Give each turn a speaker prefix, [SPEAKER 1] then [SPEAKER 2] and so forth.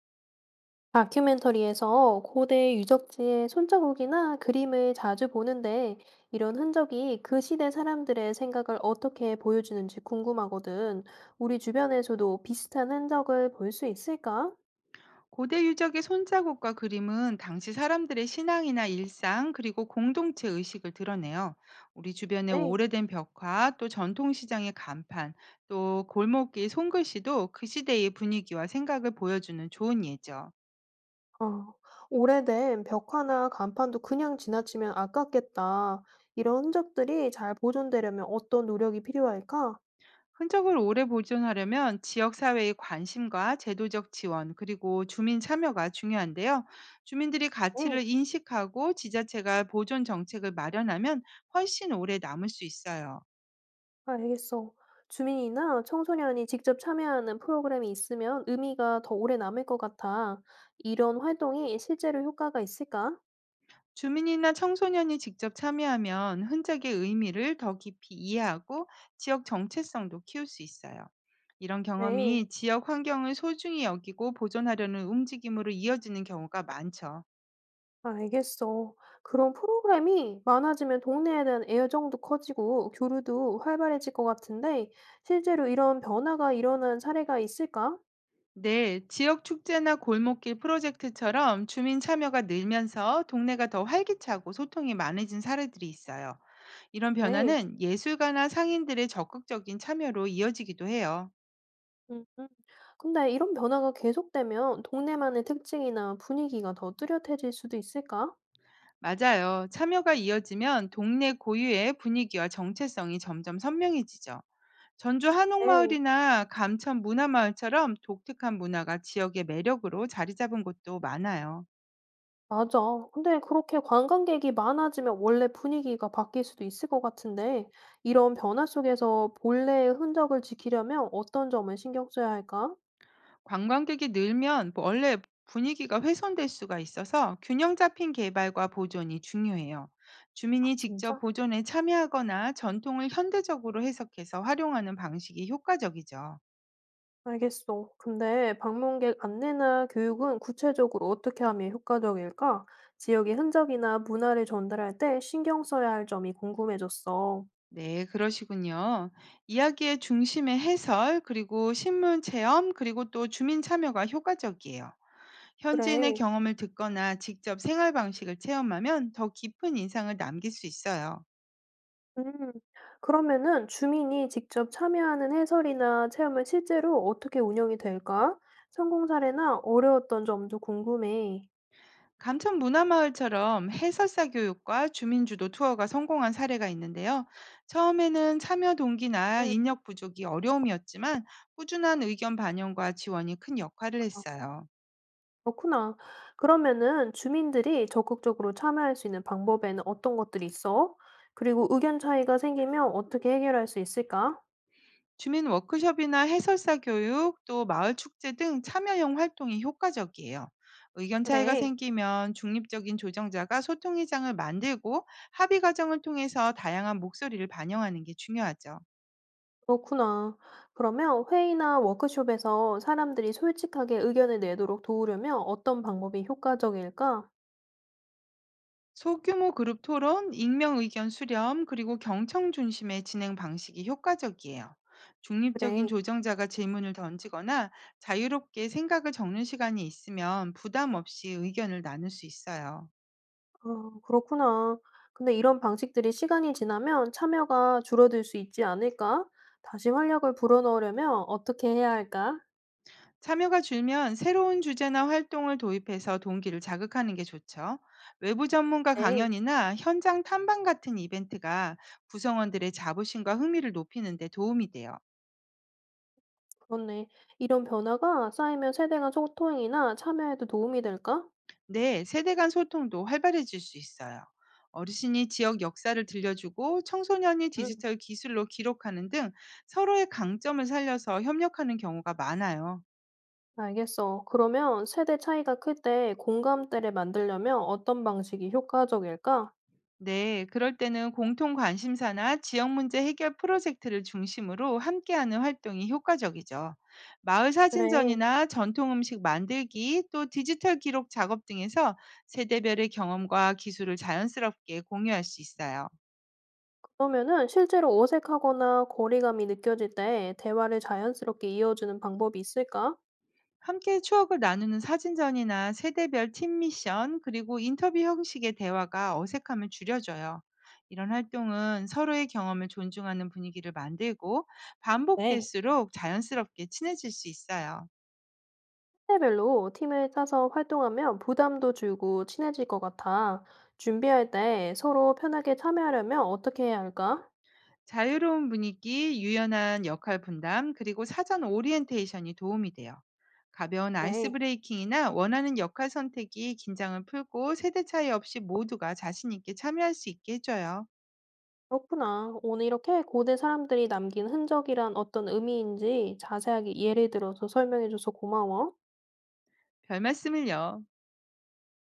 [SPEAKER 1] 다큐멘터리에서 고대 유적지의 손자국이나 그림을 자주 보는데 이런 흔적이 그 시대 사람들의 생각을 어떻게 보여주는지 궁금하거든. 우리 주변에서도 비슷한 흔적을 볼 수 있을까?
[SPEAKER 2] 고대 유적의 손자국과 그림은 당시 사람들의 신앙이나 일상 그리고 공동체 의식을 드러내요. 우리 주변의
[SPEAKER 1] 네.
[SPEAKER 2] 오래된 벽화, 또 전통시장의 간판, 또 골목길 손글씨도 그 시대의 분위기와 생각을 보여주는 좋은 예죠.
[SPEAKER 1] 어, 오래된 벽화나 간판도 그냥 지나치면 아깝겠다. 이런 흔적들이 잘 보존되려면 어떤 노력이 필요할까?
[SPEAKER 2] 흔적을 오래 보존하려면 지역 사회의 관심과 제도적 지원 그리고 주민 참여가 중요한데요. 주민들이
[SPEAKER 1] 네.
[SPEAKER 2] 가치를 인식하고 지자체가 보존 정책을 마련하면 훨씬 오래 남을 수 있어요.
[SPEAKER 1] 알겠어. 주민이나 청소년이 직접 참여하는 프로그램이 있으면 의미가 더 오래 남을 것 같아. 이런 활동이 실제로 효과가 있을까?
[SPEAKER 2] 주민이나 청소년이 직접 참여하면 흔적의 의미를 더 깊이 이해하고 지역 정체성도 키울 수 있어요. 이런
[SPEAKER 1] 네,
[SPEAKER 2] 경험이 지역 환경을 소중히 여기고 보존하려는 움직임으로 이어지는 경우가 많죠.
[SPEAKER 1] 알겠어. 그런 프로그램이 많아지면 동네에 대한 애정도 커지고 교류도 활발해질 것 같은데, 실제로 이런 변화가 일어난 사례가 있을까?
[SPEAKER 2] 네, 지역 축제나 골목길 프로젝트처럼 주민 참여가 늘면서 동네가 더 활기차고 소통이 많아진 사례들이 있어요. 이런
[SPEAKER 1] 네.
[SPEAKER 2] 변화는 예술가나 상인들의 적극적인 참여로 이어지기도 해요.
[SPEAKER 1] 음, 음. 근데 이런 변화가 계속되면 동네만의 특징이나 분위기가 더 뚜렷해질 수도 있을까?
[SPEAKER 2] 맞아요. 참여가 이어지면 동네 고유의 분위기와 정체성이 점점 선명해지죠. 전주
[SPEAKER 1] 네.
[SPEAKER 2] 한옥마을이나 감천 문화마을처럼 독특한 문화가 지역의 매력으로 자리 잡은 곳도 많아요.
[SPEAKER 1] 맞아. 근데 그렇게 관광객이 많아지면 원래 분위기가 바뀔 수도 있을 것 같은데, 이런 변화 속에서 본래의 흔적을 지키려면 어떤 점을 신경 써야 할까?
[SPEAKER 2] 관광객이 늘면 뭐 원래 분위기가 훼손될 수가 있어서 균형 잡힌 개발과 보존이 중요해요.
[SPEAKER 1] 아,
[SPEAKER 2] 주민이 직접
[SPEAKER 1] 진짜?
[SPEAKER 2] 보존에 참여하거나 전통을 현대적으로 해석해서 활용하는 방식이 효과적이죠.
[SPEAKER 1] 알겠어. 근데 방문객 안내나 교육은 구체적으로 어떻게 하면 효과적일까? 지역의 흔적이나 문화를 전달할 때 신경 써야 할 점이 궁금해졌어.
[SPEAKER 2] 네, 그러시군요. 이야기의 중심에 해설, 그리고 신문 체험, 그리고 또 주민 참여가 효과적이에요. 현지인의
[SPEAKER 1] 그래.
[SPEAKER 2] 경험을 듣거나 직접 생활 방식을 체험하면 더 깊은 인상을 남길 수 있어요.
[SPEAKER 1] 음. 그러면은 주민이 직접 참여하는 해설이나 체험은 실제로 어떻게 운영이 될까? 성공 사례나 어려웠던 점도 궁금해.
[SPEAKER 2] 감천 문화마을처럼 해설사 교육과 주민주도 투어가 성공한 사례가 있는데요. 처음에는 참여 동기나
[SPEAKER 1] 음,
[SPEAKER 2] 인력 부족이 어려움이었지만 꾸준한 의견 반영과 지원이 큰 역할을 했어요.
[SPEAKER 1] 그렇구나. 그러면은 주민들이 적극적으로 참여할 수 있는 방법에는 어떤 것들이 있어? 그리고 의견 차이가 생기면 어떻게 해결할 수 있을까?
[SPEAKER 2] 주민 워크숍이나 해설사 교육, 또 마을 축제 등 참여형 활동이 효과적이에요. 의견 차이가
[SPEAKER 1] 그래.
[SPEAKER 2] 생기면 중립적인 조정자가 소통의장을 만들고 합의 과정을 통해서 다양한 목소리를 반영하는 게 중요하죠.
[SPEAKER 1] 그렇구나. 그러면 회의나 워크숍에서 사람들이 솔직하게 의견을 내도록 도우려면 어떤 방법이 효과적일까?
[SPEAKER 2] 소규모 그룹 토론, 익명 의견 수렴, 그리고 경청 중심의 진행 방식이 효과적이에요. 중립적인
[SPEAKER 1] 그래.
[SPEAKER 2] 조정자가 질문을 던지거나 자유롭게 생각을 적는 시간이 있으면 부담 없이 의견을 나눌 수 있어요.
[SPEAKER 1] 아, 그렇구나. 근데 이런 방식들이 시간이 지나면 참여가 줄어들 수 있지 않을까? 다시 활력을 불어넣으려면 어떻게 해야 할까?
[SPEAKER 2] 참여가 줄면 새로운 주제나 활동을 도입해서 동기를 자극하는 게 좋죠. 외부 전문가
[SPEAKER 1] 네,
[SPEAKER 2] 강연이나 현장 탐방 같은 이벤트가 구성원들의 자부심과 흥미를 높이는 데 도움이 돼요.
[SPEAKER 1] 그렇네. 이런 변화가 쌓이면 세대 간 소통이나 참여에도 도움이 될까?
[SPEAKER 2] 네, 세대 간 소통도 활발해질 수 있어요. 어르신이 지역 역사를 들려주고 청소년이
[SPEAKER 1] 응,
[SPEAKER 2] 디지털 기술로 기록하는 등 서로의 강점을 살려서 협력하는 경우가 많아요.
[SPEAKER 1] 알겠어. 그러면 세대 차이가 클 때 공감대를 만들려면 어떤 방식이 효과적일까?
[SPEAKER 2] 네, 그럴 때는 공통 관심사나 지역 문제 해결 프로젝트를 중심으로 함께하는 활동이 효과적이죠. 마을
[SPEAKER 1] 그래.
[SPEAKER 2] 사진전이나 전통 음식 만들기, 또 디지털 기록 작업 등에서 세대별의 경험과 기술을 자연스럽게 공유할 수 있어요.
[SPEAKER 1] 그러면은 실제로 어색하거나 거리감이 느껴질 때 대화를 자연스럽게 이어주는 방법이 있을까?
[SPEAKER 2] 함께 추억을 나누는 사진전이나 세대별 팀 미션, 그리고 인터뷰 형식의 대화가 어색함을 줄여줘요. 이런 활동은 서로의 경험을 존중하는 분위기를 만들고
[SPEAKER 1] 네.
[SPEAKER 2] 반복될수록 자연스럽게 친해질 수 있어요.
[SPEAKER 1] 세대별로 팀을 짜서 활동하면 부담도 줄고 친해질 것 같아. 준비할 때 서로 편하게 참여하려면 어떻게 해야 할까?
[SPEAKER 2] 자유로운 분위기, 유연한 역할 분담, 그리고 사전 오리엔테이션이 도움이 돼요. 가벼운 아이스
[SPEAKER 1] 네,
[SPEAKER 2] 브레이킹이나 원하는 역할 선택이 긴장을 풀고 세대 차이 없이 모두가 자신 있게 참여할 수 있게 해줘요.
[SPEAKER 1] 그렇구나. 오늘 이렇게 고대 사람들이 남긴 흔적이란 어떤 의미인지 자세하게 예를 들어서 설명해줘서 고마워.
[SPEAKER 2] 별 말씀을요.